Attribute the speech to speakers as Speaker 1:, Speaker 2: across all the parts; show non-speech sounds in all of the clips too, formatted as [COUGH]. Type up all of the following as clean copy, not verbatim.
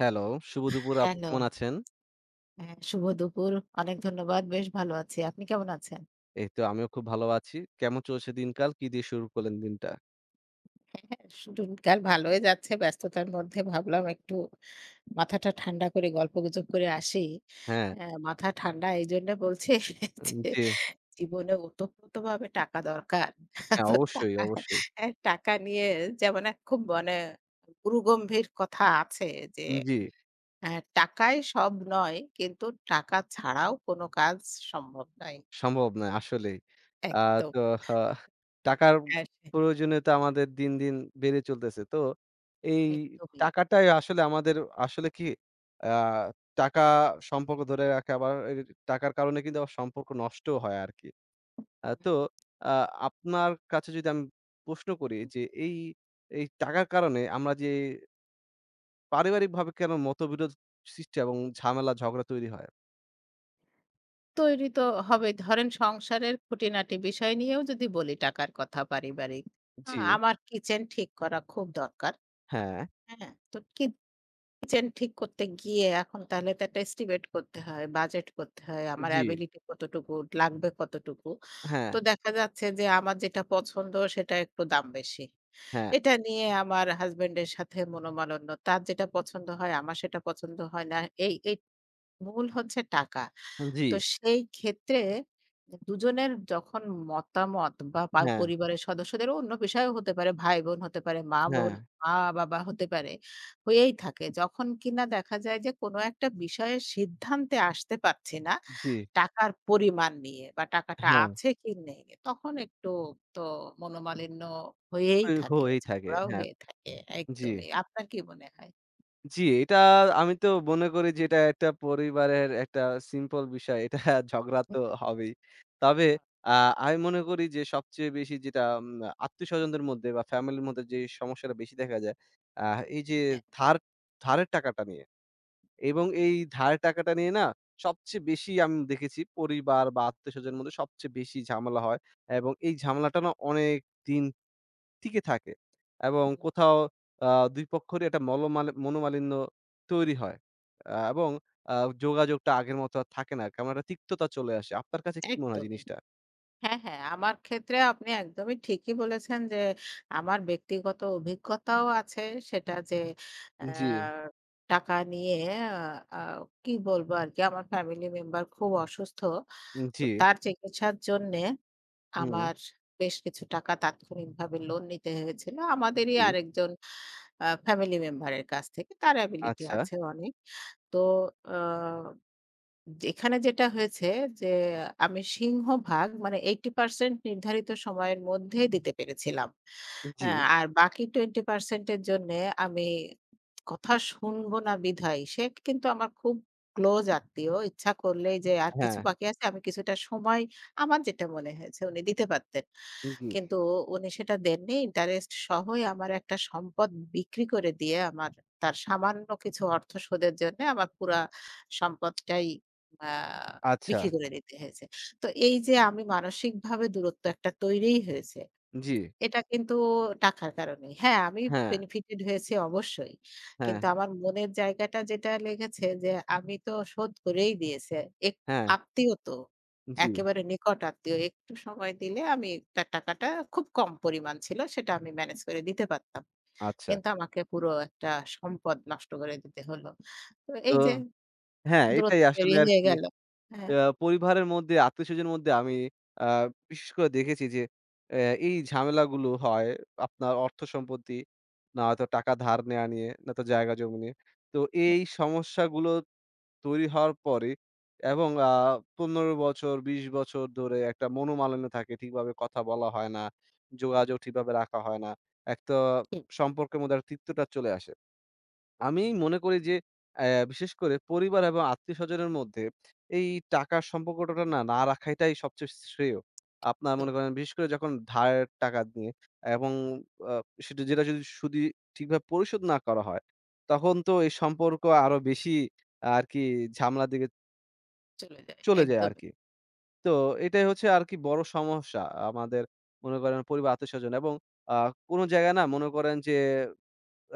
Speaker 1: Hello, শুভ দুপুর আপু
Speaker 2: hello.
Speaker 1: কেমন আছেন?
Speaker 2: হ্যাঁ, শুভ দুপুর। অনেক ধন্যবাদ। বেশ ভালো আছি। আপনি কেমন আছেন?
Speaker 1: এই তো আমিও খুব ভালো আছি। কেমন চলছে দিনকাল? কি দিয়ে শুরু করলেন দিনটা?
Speaker 2: হ্যাঁ, দিনকাল ভালোই যাচ্ছে। ব্যস্ততার মধ্যে ভাবলাম একটু মাথাটা ঠান্ডা করে গল্পগুজব করে আসি।
Speaker 1: হ্যাঁ,
Speaker 2: মাথা ঠান্ডা এইজন্য বলছে [LAUGHS] যে
Speaker 1: জি,
Speaker 2: জীবনে ওতপ্রোতভাবে টাকা দরকার। [LAUGHS]
Speaker 1: হ্যাঁ,
Speaker 2: তো
Speaker 1: অবশ্যই,
Speaker 2: টাকা
Speaker 1: অবশ্যই।
Speaker 2: অ্যা টাকা নিয়ে যেমন এক খুব মানে গুরুগম্ভীর কথা আছে যে
Speaker 1: জি,
Speaker 2: অ্যা টাকাই সব নয়, কিন্তু টাকা ছাড়াও কোনো কাজ সম্ভব নয়।
Speaker 1: সম্ভব নয় আসলেই। আ
Speaker 2: একদম।
Speaker 1: তো হা টাকার
Speaker 2: হ্যাঁ,
Speaker 1: প্রয়োজনীয়তা আমাদের দিন, দিন বেড়ে চলতেছে। তো এই
Speaker 2: একদমই।
Speaker 1: টাকাটাই আসলে আমাদের আসলে কি আ টাকা সম্পর্ক ধরে রাখে আবার এর টাকার কারণে কিন্তু আবার সম্পর্ক নষ্টও হয় আরকি। আ
Speaker 2: হুম,
Speaker 1: তো আ আপনার কাছে যদি আমি প্রশ্ন করি
Speaker 2: হুম।
Speaker 1: যে এই, এই টাকার কারণে আমরা যে পারিবারিকভাবে কেন মতবিরোধ সৃষ্টি এবং ঝামেলা ঝগড়া তৈরি হয়?
Speaker 2: তৈরি তো হবে। ধরেন সংসারের খুঁটিনাটি বিষয় নিয়েও যদি বলি টাকার কথা পারিবারিক,
Speaker 1: জি,
Speaker 2: আমার কিচেন ঠিক করা খুব দরকার।
Speaker 1: হ্যাঁ।
Speaker 2: হ্যাঁ? তো কিচেন ঠিক করতে গিয়ে এখন তাহলে তো একটা এস্টিমেট করতে হয়, বাজেট করতে হয়, আমার
Speaker 1: জি।
Speaker 2: অ্যাবিলিটি কতটুকু, লাগবে কতটুকু।
Speaker 1: হ্যাঁ,
Speaker 2: তো দেখা যাচ্ছে যে আমার যেটা পছন্দ সেটা একটু দাম বেশি।
Speaker 1: হ্যাঁ,
Speaker 2: এটা নিয়ে আমার হাসব্যান্ডের সাথে মনোমালিন্য। তার যেটা পছন্দ হয় আমার সেটা পছন্দ হয় না। এই মূল হচ্ছে টাকা।
Speaker 1: জি,
Speaker 2: তো সেই ক্ষেত্রে দুজনের যখন মতামত বা
Speaker 1: হ্যাঁ,
Speaker 2: পরিবারের সদস্যদেরও অন্য পেশায়ও হতে পারে, ভাই-বোন হতে পারে,
Speaker 1: হ্যাঁ,
Speaker 2: মা-বোন, মা-বাবা হতে পারে, হয়েই থাকে। যখন কিনা দেখা যায় যে কোনো একটা বিষয়ে সিদ্ধান্তে আসতে পারছি না,
Speaker 1: জি,
Speaker 2: টাকার পরিমাণ নিয়ে বা টাকাটা
Speaker 1: হ্যাঁ।
Speaker 2: আছে কি নেই, তখন একটু তো মনোমালিন্য হয়েই
Speaker 1: হয়ে
Speaker 2: থাকে,
Speaker 1: হয়েই থাকে।
Speaker 2: ঝগড়াও
Speaker 1: হ্যাঁ,
Speaker 2: হয়ে থাকে।
Speaker 1: জি।
Speaker 2: একদমই। আপনার কি মনে হয়?
Speaker 1: জি, এটা আমি তো মনে করি যে এটা একটা পরিবারের একটা সিম্পল বিষয়। এটা [LAUGHS] ঝগড়া তো হবেই। তবে আ আমি মনে করি যে সবচেয়ে বেশি যেটা আত্মীয়স্বজনদের মধ্যে বা ফ্যামিলির মধ্যে যে সমস্যাটা বেশি দেখা যায়, আ এই যে
Speaker 2: হ্যাঁ, হ্যাঁ,
Speaker 1: ধার ধারের টাকাটা নিয়ে এবং এই ধারের টাকাটা নিয়ে না সবচেয়ে বেশি আমি দেখেছি পরিবার বা আত্মীয়স্বজনের মধ্যে সবচেয়ে বেশি ঝামেলা হয় এবং এই ঝামেলাটা না অনেকদিন টিকে থাকে এবং কোথাও আ ২ পক্ষেরই একটা মলমালি মনোমালিন্য তৈরি হয়। আ এবং আ যোগাযোগটা আগের মতো আর থাকে না। কেমন একটা তিক্ততা চলে আসে। আপনার কাছে কি মনে হয়
Speaker 2: একদমই।
Speaker 1: জিনিসটা?
Speaker 2: হ্যাঁ, হ্যাঁ। আমার ক্ষেত্রে আপনি একদমই ঠিকই বলেছেন যে, আমার ব্যক্তিগত অভিজ্ঞতাও আছে। সেটা যে আ
Speaker 1: জি।
Speaker 2: টাকা নিয়ে আ কি বলবো আরকি আমার ফ্যামিলি মেম্বার খুব অসুস্থ। তো
Speaker 1: জি।
Speaker 2: তার চিকিৎসার জন্যে
Speaker 1: হুম।
Speaker 2: আমার বেশ কিছু টাকা তাৎক্ষণিকভাবে লোন নিতে হয়েছিল। আমাদেরই
Speaker 1: জি।
Speaker 2: আরেকজন ফ্যামিলি মেম্বারের কাছ থেকে। তার অ্যাবিলিটি
Speaker 1: আচ্ছা।
Speaker 2: আছে অনেক। তো আ এখানে যেটা হয়েছে যে আমি সিংহভাগ মানে 80% নির্ধারিত সময়ের মধ্যেই দিতে পেরেছিলাম।
Speaker 1: জি।
Speaker 2: আর বাকি 20% এর জন্যে আমি কথা শুনবো না বিধায় সে কিন্তু আমার খুব ক্লোজ আত্মীয়। ইচ্ছা করলেই যে আর কিছু
Speaker 1: হ্যাঁ।
Speaker 2: বাকি আছে আমি কিছুটা সময় আমার যেটা মনে হয়েছে উনি দিতে পারতেন।
Speaker 1: জি।
Speaker 2: কিন্তু উনি সেটা দেননি। ইন্টারেস্ট সহই আমার একটা সম্পদ বিক্রি করে দিয়ে আমার তার সামান্য কিছু অর্থ শোধের জন্যে আমার পুরা সম্পদটাই আ
Speaker 1: আচ্ছা।
Speaker 2: বিক্রি করে দিতে হয়েছে। তো এই যে আমি মানসিকভাবে দূরত্ব একটা তৈরিই হয়েছে।
Speaker 1: জি।
Speaker 2: এটা কিন্তু টাকার কারণেই। হ্যাঁ, আমি
Speaker 1: হ্যাঁ,
Speaker 2: বেনিফিটেড হয়েছি অবশ্যই।
Speaker 1: হ্যাঁ,
Speaker 2: কিন্তু আমার মনের জায়গাটা যেটা লেগেছে যে আমি তো শোধ করেই দিয়েছি। এক
Speaker 1: হ্যাঁ।
Speaker 2: আত্মীয় তো।
Speaker 1: জি।
Speaker 2: একেবারে নিকট আত্মীয়। একটু সময় দিলে আমি তার টাকাটা খুব কম পরিমাণ ছিল সেটা আমি ম্যানেজ করে দিতে পারতাম।
Speaker 1: আচ্ছা।
Speaker 2: কিন্তু আমাকে পুরো একটা সম্পদ নষ্ট করে দিতে হলো। তো
Speaker 1: তো
Speaker 2: এই যে
Speaker 1: হ্যাঁ, এটাই
Speaker 2: দূরত্ব
Speaker 1: আসলে
Speaker 2: পেরিয়ে হয়ে
Speaker 1: আরকি
Speaker 2: গেল। হ্যাঁ,
Speaker 1: পরিবারের মধ্যে, আত্মীয়স্বজনের মধ্যে আমি আ বিশেষ করে দেখেছি যে এই ঝামেলাগুলো হয় আপনার অর্থ সম্পত্তি, নয়তো টাকা ধার নেয়া নিয়ে, নয়তো জায়গা জমি নিয়ে। তো এই সমস্যাগুলো তৈরি হওয়ার পরে এবং ১৫ বছর, ২০ বছর ধরে একটা মনোমালিন্য থাকে। ঠিকভাবে কথা বলা হয় না, যোগাযোগ ঠিকভাবে রাখা হয় না। একটা
Speaker 2: ঠিক
Speaker 1: সম্পর্কের মধ্যে একটা তিক্ততা চলে আসে। আমি মনে করি যে বিশেষ করে পরিবার এবং আত্মীয়স্বজনের মধ্যে এই টাকার সম্পর্কটা না, না রাখাটাই সবচেয়ে শ্রেয়। আপনার
Speaker 2: তো
Speaker 1: মনে করেন বিশেষ করে যখন ধারের টাকা নিয়ে এবং আ সেটা যেটা যদি সুদি ঠিকভাবে পরিশোধ না করা হয়, তখন তো এই সম্পর্ক আরো বেশি আরকি ঝামেলার দিকে
Speaker 2: চলে যায়।
Speaker 1: চলে যায়
Speaker 2: একদমই।
Speaker 1: আরকি। তো এটাই হচ্ছে আরকি বড় সমস্যা আমাদের মনে করেন পরিবার, আত্মীয়স্বজন এবং আ কোন জায়গায় না মনে করেন যে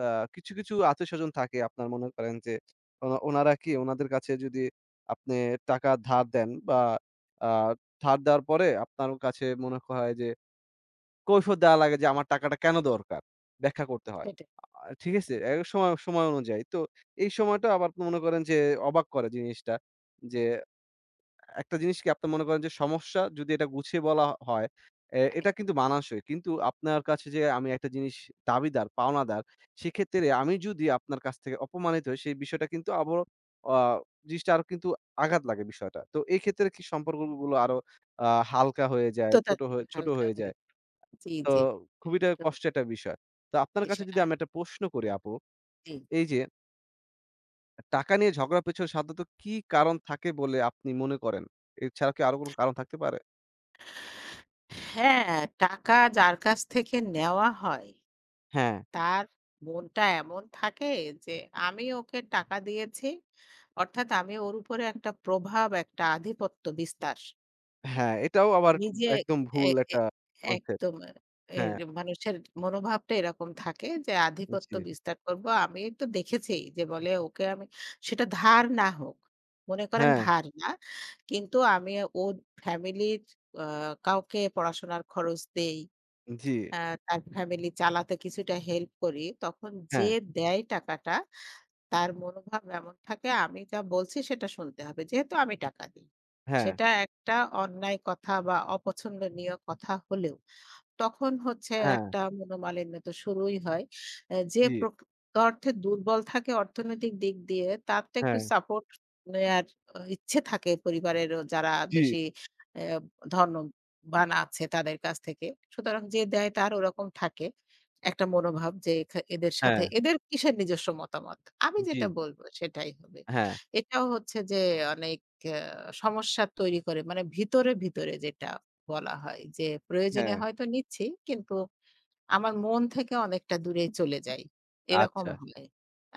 Speaker 1: আ কিছু, কিছু আত্মীয়স্বজন থাকে আপনার মনে করেন যে ও ওনারা কি ওনাদের কাছে যদি আপনি টাকা ধার দেন বা আ ধার দেওয়ার পরে আপনার কাছে মনে হয় যে কৈফিয়ত দেওয়া লাগে যে আমার টাকাটা কেন দরকার? ব্যাখ্যা করতে হয়।
Speaker 2: সেটাই
Speaker 1: ঠিক আছে?
Speaker 2: একদম,
Speaker 1: এক সময়, সময় অনুযায়ী। তো এই সময়টা আবার আপনি মনে করেন যে অবাক করে জিনিসটা যে একটা জিনিস কি আপনি মনে করেন যে সমস্যা যদি এটা গুছিয়ে বলা হয়, এটা কিন্তু
Speaker 2: একদম।
Speaker 1: মানানসই। কিন্তু আপনার কাছে যে আমি একটা জিনিস দাবিদার, পাওনাদার, সেক্ষেত্রে আমি যদি আপনার কাছ থেকে অপমানিত হই, সেই বিষয়টা কিন্তু আবারও আ জিনিসটা আরো কিন্তু আঘাত লাগে বিষয়টা। তো এই ক্ষেত্রে কি সম্পর্কগুলো আরো হালকা হয়ে যায়,
Speaker 2: তো তার
Speaker 1: ছোট
Speaker 2: থেকে
Speaker 1: হয়ে ছোট
Speaker 2: হালকা
Speaker 1: হয়ে
Speaker 2: হয়ে
Speaker 1: যায়।
Speaker 2: জি,
Speaker 1: তো
Speaker 2: জি।
Speaker 1: খুবই এটা
Speaker 2: একদমই
Speaker 1: কষ্টের একটা বিষয়। তো আপনার কাছে যদি
Speaker 2: বিষয়টা
Speaker 1: আমি একটা প্রশ্ন করি আপু,
Speaker 2: জি।
Speaker 1: এই যে টাকা নিয়ে ঝগড়ার পেছনে সাধারণত কি কারণ থাকে বলে আপনি মনে করেন? এছাড়া কি আরো কোনো কারণ থাকতে পারে?
Speaker 2: হ্যাঁ, টাকা যার কাছ থেকে নেওয়া হয়,
Speaker 1: হ্যাঁ,
Speaker 2: তার মনটা এমন থাকে যে আমি ওকে টাকা দিয়েছি। অর্থাৎ আমি ওর উপরে একটা প্রভাব, একটা আধিপত্য বিস্তার।
Speaker 1: হ্যাঁ, এটাও আবার
Speaker 2: নিজে
Speaker 1: একদম
Speaker 2: এ
Speaker 1: ভুল
Speaker 2: এ
Speaker 1: একটা কনসেপ্ট।
Speaker 2: একদম এ
Speaker 1: হ্যাঁ,
Speaker 2: মানুষের মনোভাবটা এরকম থাকে যে আধিপত্য
Speaker 1: জি,
Speaker 2: বিস্তার করব। আমি তো দেখেছি যে বলে ওকে আমি সেটা ধার না হোক। মনে করেন
Speaker 1: হ্যাঁ,
Speaker 2: ধার না। কিন্তু আমি ওর ফ্যামিলির আ কাউকে পড়াশোনার খরচ দেই।
Speaker 1: জি,
Speaker 2: আ তার ফ্যামিলি চালাতে কিছুটা হেল্প করি। তখন যে
Speaker 1: হ্যাঁ,
Speaker 2: দেয় টাকাটা তার মনোভাব এমন থাকে আমি যা বলছি সেটা শুনতে হবে। যেহেতু আমি টাকা দিই।
Speaker 1: হ্যাঁ,
Speaker 2: সেটা একটা অন্যায় কথা বা অপছন্দনীয় কথা হলেও তখন হচ্ছে
Speaker 1: হ্যাঁ,
Speaker 2: একটা মনোমালিন্য তো শুরুই হয়। অ্যা যে
Speaker 1: জি,
Speaker 2: প্রক অর্থে দুর্বল থাকে অর্থনৈতিক দিক দিয়ে তার তো একটু
Speaker 1: হ্যাঁ,
Speaker 2: সাপোর্ট নেয়ার অ ইচ্ছে থাকে পরিবারেরও যারা
Speaker 1: জি,
Speaker 2: বেশি অ্যা ধনবান আছে তাদের কাছ থেকে। সুতরাং যে দেয় তার ওরকম থাকে। একটা মনোভাব যে এদের সাথে
Speaker 1: হ্যাঁ,
Speaker 2: এদের কিসের নিজস্ব মতামত? আমি
Speaker 1: জি,
Speaker 2: যেটা বলব সেটাই হবে।
Speaker 1: হ্যাঁ,
Speaker 2: এটাও হচ্ছে যে অনেক অ্যা সমস্যা তৈরি করে মানে ভিতরে যেটা বলা হয় যে প্রয়োজনে
Speaker 1: হ্যাঁ,
Speaker 2: হয়তো নিচ্ছি কিন্তু আমার মন থেকে অনেকটা দূরে চলে যাই। এরকম
Speaker 1: আচ্ছা।
Speaker 2: হয়।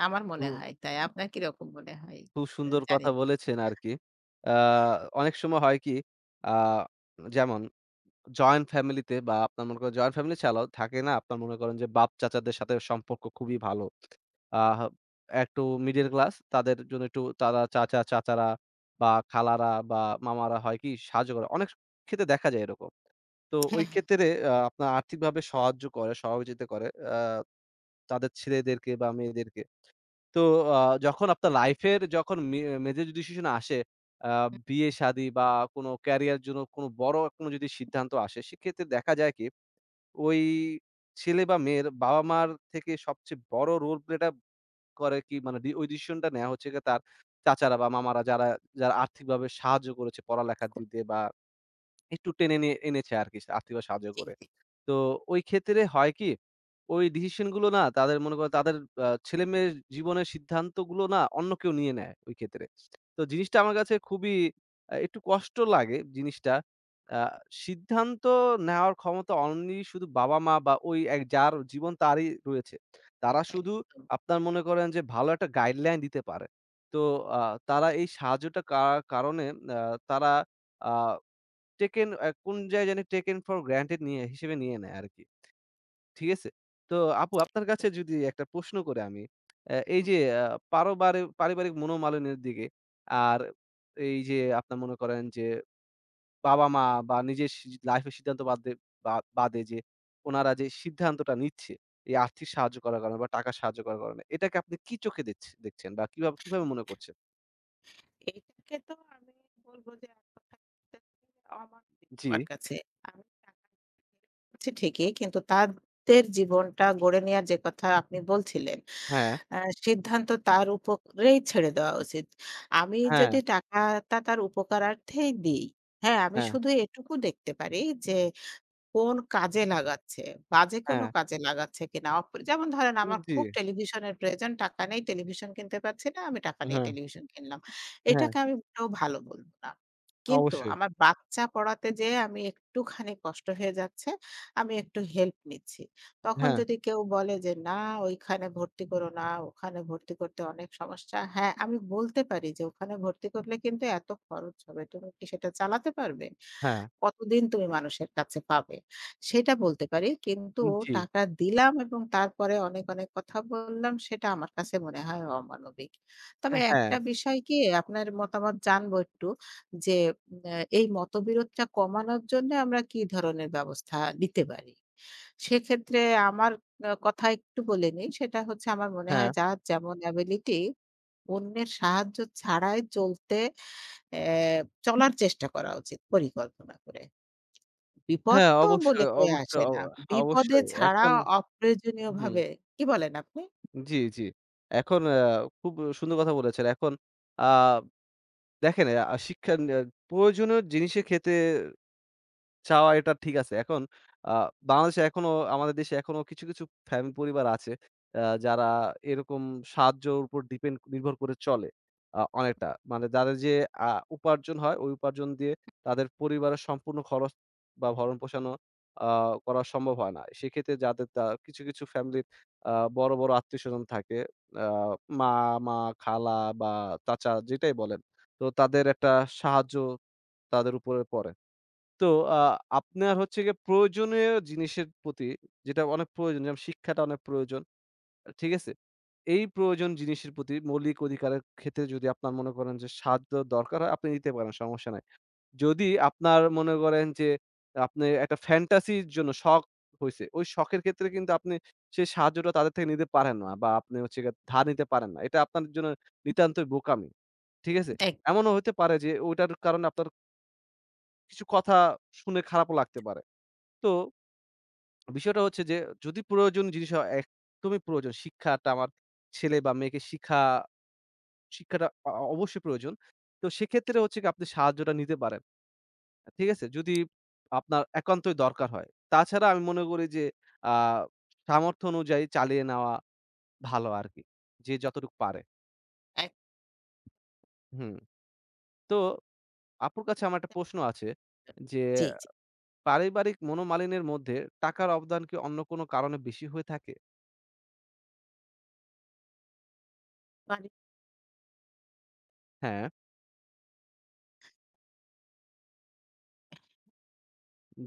Speaker 2: আমার মনে
Speaker 1: খু
Speaker 2: হয় তাই। আপনার কিরকম মনে হয়?
Speaker 1: খুব সুন্দর
Speaker 2: জানি
Speaker 1: কথা
Speaker 2: না।
Speaker 1: বলেছেন আরকি। আ অনেক সময় হয় কি আ যেমন জয়েন্ট ফ্যামিলিতে বা আপনার মনে করেন জয়েন্ট ফ্যামিলি ছাড়াও থাকে না আপনার মনে করেন যে বাপ-চাচাদের সাথে সম্পর্ক খুবই ভালো। আহ একটু মিডল ক্লাস তাদের জন্য একটু তারা চাচা, চাচারা বা খালারা বা মামারা হয় কি সাহায্য করে। অনেক ক্ষেত্রে দেখা যায় এরকম। তো ওই
Speaker 2: হ্যাঁ, হ্যাঁ।
Speaker 1: ক্ষেত্রে আপনার আর্থিকভাবে সাহায্য করে, সহযোগিতা করে আ তাদের ছেলেদেরকে বা মেয়েদেরকে। তো আ যখন আপনার লাইফ এর যখন মেজর ডিসিশন আসে, আ বিয়ে-শাদী বা কোন ক্যারিয়ার জন্য কোন বড় কোন যদি সিদ্ধান্ত আসে, সেক্ষেত্রে দেখা যায় কি ওই ছেলে বা মেয়ের বাবা-মার থেকে সবচেয়ে বড় রোল প্লেটা করে কি মানে ওই ডিসিশনটা নেয়া হচ্ছে গিয়ে তার চাচারা বা মামারা যারা, যারা আর্থিকভাবে সাহায্য করেছে পড়ালেখার দিক দিয়ে বা একটু টেনে নিয়ে এনেছে আরকি আর্থিকভাবে সাহায্য
Speaker 2: জি,
Speaker 1: করে।
Speaker 2: জি।
Speaker 1: তো ওই ক্ষেত্রে হয় কি? ওই ডিসিশন গুলো না তাদের মনে করো তাদের ছেলেমেয়ের জীবনের সিদ্ধান্তগুলো না অন্য কেউ নিয়ে নেয় ওই ক্ষেত্রে। তো জিনিসটা আমার কাছে খুবই একটু কষ্ট লাগে জিনিসটা। আ সিদ্ধান্ত নেওয়ার ক্ষমতা অনলি শুধু বাবা-মা বা ওই এক যার জীবন তারই রয়েছে। তারা শুধু
Speaker 2: একদম।
Speaker 1: আপনার মনে করেন যে ভালো একটা গাইডলাইন দিতে পারে। তো আ তারা এই সাহায্যটা কারণে আ তারা আ টেকেন কোন জায়গায় জানি টেকেন ফর গ্রান্টেড নিয়ে হিসেবে নিয়ে নেয় আরকি। ঠিক আছে? তো আপু আপনার কাছে যদি একটা প্রশ্ন করে আমি, এই
Speaker 2: হুম।
Speaker 1: যে আ পারোবারে পারিবারিক মনোমালিন্যের দিকে আর এই যে আপনার মনে করেন যে বাবা-মা বা নিজের লাইফের সিদ্ধান্ত বাদে বা বাদে যে উনারা যে সিদ্ধান্তটা নিচ্ছে, এই আর্থিক সাহায্য করার কারণে বা টাকা সাহায্য করার কারণে, এটাকে আপনি কি চোখে দেখছেন বা কিভাবে কিভাবে মনে করছেন?
Speaker 2: এটাকে তো আমি বলব যে এক কথায় বলতে গেলে অমানবিক
Speaker 1: জি,
Speaker 2: আমার কাছে। আমি টাকা দিচ্ছি ঠিকই কিন্তু তাদের জীবনটা গড়ে নেয়ার যে কথা আপনি বলছিলেন
Speaker 1: হ্যাঁ,
Speaker 2: আ সিদ্ধান্ত তার উপরেই ছেড়ে দেওয়া উচিত। আমি
Speaker 1: হ্যাঁ,
Speaker 2: যদি টাকাটা তার উপকারার্থেই দেই, হ্যাঁ, আমি
Speaker 1: হ্যাঁ,
Speaker 2: শুধু এটুকু দেখতে পারি যে কোন কাজে লাগাচ্ছে? বাজে কোনো
Speaker 1: হ্যাঁ,
Speaker 2: কাজে লাগাচ্ছে কিনা? যেমন ধরেন আমার
Speaker 1: জি,
Speaker 2: খুব টেলিভিশনের প্রয়োজন, টাকা নেই, টেলিভিশন কিনতে পারছি না, আমি টাকা নিয়ে
Speaker 1: হ্যাঁ,
Speaker 2: টেলিভিশন কিনলাম।
Speaker 1: হ্যাঁ,
Speaker 2: এটাকে আমি মোটেও ভালো বলব না। কিন্তু
Speaker 1: অবশ্যই,
Speaker 2: আমার বাচ্চা পড়াতে যেয়ে আমি একটুখানি কষ্ট হয়ে যাচ্ছে, আমি একটু হেল্প নিচ্ছি। তখন
Speaker 1: হ্যাঁ।
Speaker 2: যদি কেউ বলে যে, "না ওইখানে ভর্তি করো না, ওখানে ভর্তি করতে অনেক সমস্যা।" হ্যাঁ, আমি বলতে পারি যে, "ওখানে ভর্তি করলে কিন্তু এত খরচ হবে। তুমি কি সেটা চালাতে পারবে?"
Speaker 1: হ্যাঁ।
Speaker 2: কতদিন তুমি মানুষের কাছে পাবে? সেটা বলতে পারি। কিন্তু
Speaker 1: জি।
Speaker 2: টাকা দিলাম এবং তারপরে অনেক কথা বললাম সেটা আমার কাছে মনে হয় অমানবিক। তবে
Speaker 1: হ্যাঁ,
Speaker 2: একটা বিষয় কি আপনার মতামত জানবো একটু যে এই মতবিরোধটা কমানোর জন্য আমরা কি ধরনের ব্যবস্থা নিতে পারি? সেক্ষেত্রে আমার কথা একটু বলে নিই। সেটা হচ্ছে আমার মনে হয়
Speaker 1: হ্যাঁ,
Speaker 2: যার যেমন এবিলিটি অন্যের সাহায্য ছাড়াই চলতে চলার চেষ্টা করা উচিত পরিকল্পনা করে। বিপদ
Speaker 1: হ্যাঁ,
Speaker 2: তো বলে
Speaker 1: অবশ্যই,
Speaker 2: কয়ে
Speaker 1: অবশ্যই,
Speaker 2: আসে না। বিপদে
Speaker 1: অবশ্যই।
Speaker 2: ছাড়া
Speaker 1: এখন হুম,
Speaker 2: অপ্রয়োজনীয়ভাবে কি বলেন আপনি?
Speaker 1: জি, জি। এখন খুব সুন্দর কথা বলেছেন। এখন আ দেখেন শিক্ষা প্রয়োজনীয় জিনিসের ক্ষেত্রে চাওয়া এটা ঠিক আছে। এখন আ বাংলাদেশে এখনো আমাদের দেশে এখনো কিছু, কিছু ফ্যামিলি পরিবার আছে যারা এরকম সাহায্যর উপর ডিপেন্ড নির্ভর করে চলে অনেকটা। মানে যাদের যে আ উপার্জন হয় ওই উপার্জন দিয়ে তাদের পরিবারের সম্পূর্ণ খরচ বা ভরণ-পোষণও আ করা সম্ভব হয় না। সেক্ষেত্রে যাদের তা কিছু, কিছু ফ্যামিলির আ বড়, বড় আত্মীয়স্বজন থাকে আ মামা, খালা বা চাচা যেটাই বলেন। তো তাদের একটা সাহায্য তাদের উপরে পড়ে। তো আ আপনার হচ্ছে গিয়ে প্রয়োজনীয় জিনিসের প্রতি যেটা অনেক প্রয়োজন যেমন শিক্ষাটা অনেক প্রয়োজন। ঠিক আছে? এই প্রয়োজন জিনিসের প্রতি মৌলিক অধিকারের ক্ষেত্রে যদি আপনার মনে করেন যে সাহায্য দরকার হয় আপনি নিতে পারেন সমস্যা নাই। যদি আপনার মনে করেন যে আপনি একটা ফ্যান্টাসির জন্য শখ হইছে, ওই শখের ক্ষেত্রে কিন্তু আপনি সেই সাহায্যটা তাদের থেকে নিতে পারেন না বা আপনি হচ্ছে গিয়ে ধার নিতে পারেন না। এটা আপনার জন্য নিতান্তই বোকামি। ঠিক আছে?
Speaker 2: এক
Speaker 1: এমনও হতে পারে যে ওইটার কারণে আপনার কিছু কথা শুনে খারাপও লাগতে পারে। তো বিষয়টা হচ্ছে যে যদি প্রয়োজনীয় জিনিস হয় একদমই প্রয়োজন শিক্ষাটা আমার ছেলে বা মেয়েকে শিক্ষা শিক্ষাটা অ অ অবশ্যই প্রয়োজন। তো সেক্ষেত্রে হচ্ছে গিয়ে আপনি সাহায্যটা নিতে পারেন। ঠিক আছে? যদি আপনার একান্তই দরকার হয়। তাছাড়া আমি মনে করি যে আ সামর্থ্য অনুযায়ী চালিয়ে নেওয়া ভালো আরকি। যে যতটুকু পারে।
Speaker 2: এক
Speaker 1: হুম। তো আপুর কাছে আমার একটা প্রশ্ন আছে যে
Speaker 2: জি, জি।
Speaker 1: পারিবারিক মনোমালিন্যের মধ্যে টাকার অবদান কি অন্য কোনো কারণে বেশি হয়ে থাকে?
Speaker 2: মানে
Speaker 1: হ্যাঁ,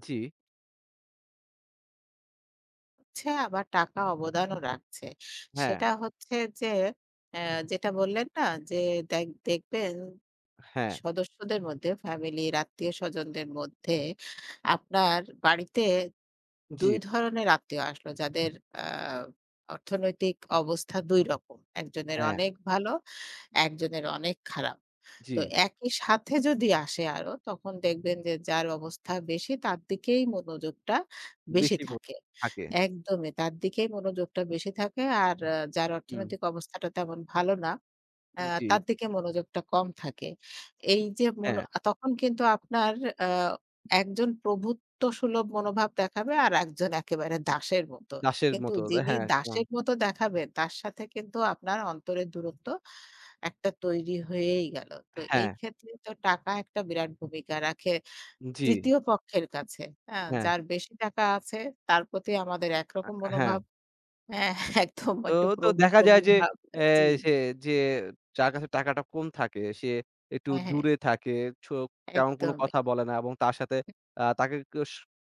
Speaker 1: জি,
Speaker 2: হচ্ছে আবার টাকা অবদানও রাখছে।
Speaker 1: হ্যাঁ,
Speaker 2: সেটা হচ্ছে যে অ্যা যেটা বললেন না যে দেখবেন
Speaker 1: হ্যাঁ।
Speaker 2: সদস্যদের মধ্যে ফ্যামিলির আত্মীয়স্বজনদের মধ্যে আপনার বাড়িতে
Speaker 1: জি,
Speaker 2: ২ ধরনের আত্মীয় আসলো যাদের আ অর্থনৈতিক অবস্থা ২ রকম। একজনের
Speaker 1: হ্যাঁ,
Speaker 2: অনেক ভালো, একজনের অনেক খারাপ।
Speaker 1: জি।
Speaker 2: তো একই সাথে যদি আসে আরো তখন দেখবেন যে যার অবস্থা বেশি তার দিকেই মনোযোগটা বেশি
Speaker 1: বেশি
Speaker 2: থাকে।
Speaker 1: থাকে।
Speaker 2: একদমই তার দিকেই মনোযোগটা বেশি থাকে। আর যার
Speaker 1: হুম,
Speaker 2: অর্থনৈতিক অবস্থাটা তেমন ভালো না আ
Speaker 1: জি,
Speaker 2: তার দিকে মনোযোগটা কম থাকে। এই যে মনো
Speaker 1: হ্যাঁ,
Speaker 2: তখন কিন্তু আপনার আ একজন প্রভুত্ব সুলভ মনোভাব দেখাবে আর একজন একেবারে দাসের মতো।
Speaker 1: দাসের
Speaker 2: কিন্তু
Speaker 1: মতো
Speaker 2: যিনি
Speaker 1: হ্যাঁ, একদম।
Speaker 2: দাসের মতো দেখাবেন তার সাথে কিন্তু আপনার অন্তরের দূরত্ব একটা তৈরি হয়েই গেল। তো এই
Speaker 1: হ্যাঁ,
Speaker 2: ক্ষেত্রে তো টাকা একটা বিরাট ভূমিকা রাখে
Speaker 1: জি,
Speaker 2: ৩য় পক্ষের কাছে। হ্যাঁ?
Speaker 1: হ্যাঁ,
Speaker 2: যার বেশি টাকা আছে তার প্রতি আমাদের
Speaker 1: আ
Speaker 2: একরকম
Speaker 1: হ্যাঁ।
Speaker 2: মনোভাব। হ্যাঁ, একদম
Speaker 1: তো,
Speaker 2: একটু
Speaker 1: তো
Speaker 2: প্রভু,
Speaker 1: দেখা
Speaker 2: প্রভু
Speaker 1: যায় যে
Speaker 2: ভাব।
Speaker 1: অ্যা
Speaker 2: জি।
Speaker 1: সে যে যার কাছে টাকাটা কম থাকে সে একটু
Speaker 2: হ্যাঁ, হ্যাঁ।
Speaker 1: দূরে থাকে। ছো তেমন কোনো
Speaker 2: একদমই।
Speaker 1: কথা বলে না এবং তার সাথে আ তাকে কস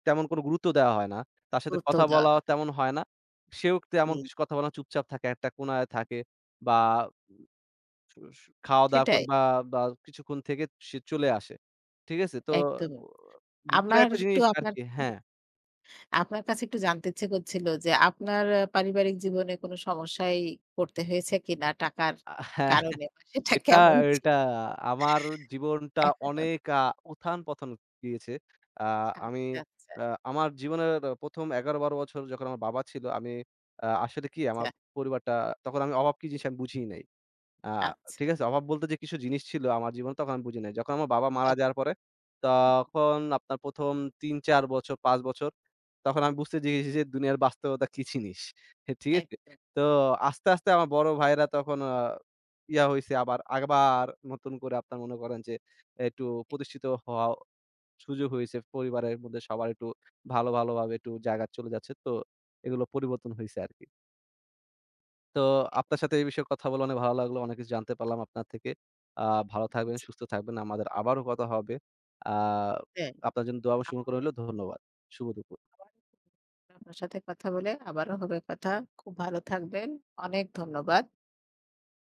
Speaker 1: তেমন কোনো গুরুত্ব দেওয়া হয় না। তার সাথে
Speaker 2: গুরুত্ব
Speaker 1: কথা
Speaker 2: দেওয়া
Speaker 1: বলা
Speaker 2: হয়।
Speaker 1: তেমন হয় না। সেও তেমন
Speaker 2: জি,
Speaker 1: কিছু
Speaker 2: জি।
Speaker 1: কথা বলে না। চুপচাপ থাকে, একটা কোণায় থাকে বা স খাওয়া-দাওয়া
Speaker 2: সেটাই,
Speaker 1: করে বা, বা কিছুক্ষণ থেকে সে চলে আসে। ঠিক আছে? তো
Speaker 2: একদমই।
Speaker 1: ও ভিতরে
Speaker 2: আমার
Speaker 1: একটা
Speaker 2: একটু
Speaker 1: জিনিস
Speaker 2: আপনার
Speaker 1: আরকি হ্যাঁ,
Speaker 2: আপনার কাছে একটু জানতে ইচ্ছে করছিল যে আপনার পারিবারিক জীবনে কোনো সমস্যায় পড়তে হয়েছে কিনা টাকার
Speaker 1: আ হ্যাঁ,
Speaker 2: কারণে? বা সেটা
Speaker 1: এটা,
Speaker 2: কেমন ছিল?
Speaker 1: এটা আমার জীবনটা
Speaker 2: এখনো
Speaker 1: অনেক উত্থান-পতন দিয়েছে। আ আমি
Speaker 2: আচ্ছা, আচ্ছা,
Speaker 1: আ আমার জীবনের ১ম ১১-১২ বছর যখন আমার বাবা ছিল, আমি আসলে কি আমার পরিবারটা তখন আমি অভাব কি জিনিস আমি বুঝিই নাই। আ
Speaker 2: আচ্ছা,
Speaker 1: ঠিক
Speaker 2: আচ্ছা।
Speaker 1: আছে? অভাব বলতে যে কিছু জিনিস ছিল আমার জীবনে তখন আমি বুঝি নাই। যখন আমার বাবা মারা
Speaker 2: তখন
Speaker 1: যাওয়ার পরে তখন আপনার ১ম ৩-৪ বছর, ৫ বছর তখন আমি বুঝতে শিখেছি যে দুনিয়ার বাস্তবতা কি জিনিস। হ্যাঁ, ঠিক আছে?
Speaker 2: একদম।
Speaker 1: তো আস্তে, আস্তে আমার বড় ভাইয়েরা তখন আ ইয়া হইছে আবার, আবার নতুন করে আপনার মনে করেন যে একটু প্রতিষ্ঠিত হওয়া সুযোগ হইছে। পরিবারের মধ্যে সবার একটু ভালো, ভালোভাবে একটু জায়গা চলে যাচ্ছে। তো এগুলো পরিবর্তন হইছে আরকি। তো আপনার সাথে এই বিষয়ে কথা বলে অনেক ভালো লাগলো। অনেক কিছু জানতে পারলাম আপনার থেকে। আ ভালো থাকবেন,
Speaker 2: জি,
Speaker 1: সুস্থ থাকবেন। আমাদের আবারও কথা হবে। আ
Speaker 2: হ্যাঁ,
Speaker 1: আপনার জন্য দোয়া এবং শুভকামনা
Speaker 2: আমারও,
Speaker 1: রইলো। ধন্যবাদ। শুভ দুপুর।
Speaker 2: আমারও খুব ভালো লাগলো আপনার সাথে কথা বলে আবারও হবে কথা। খুব ভালো থাকবেন। অনেক ধন্যবাদ।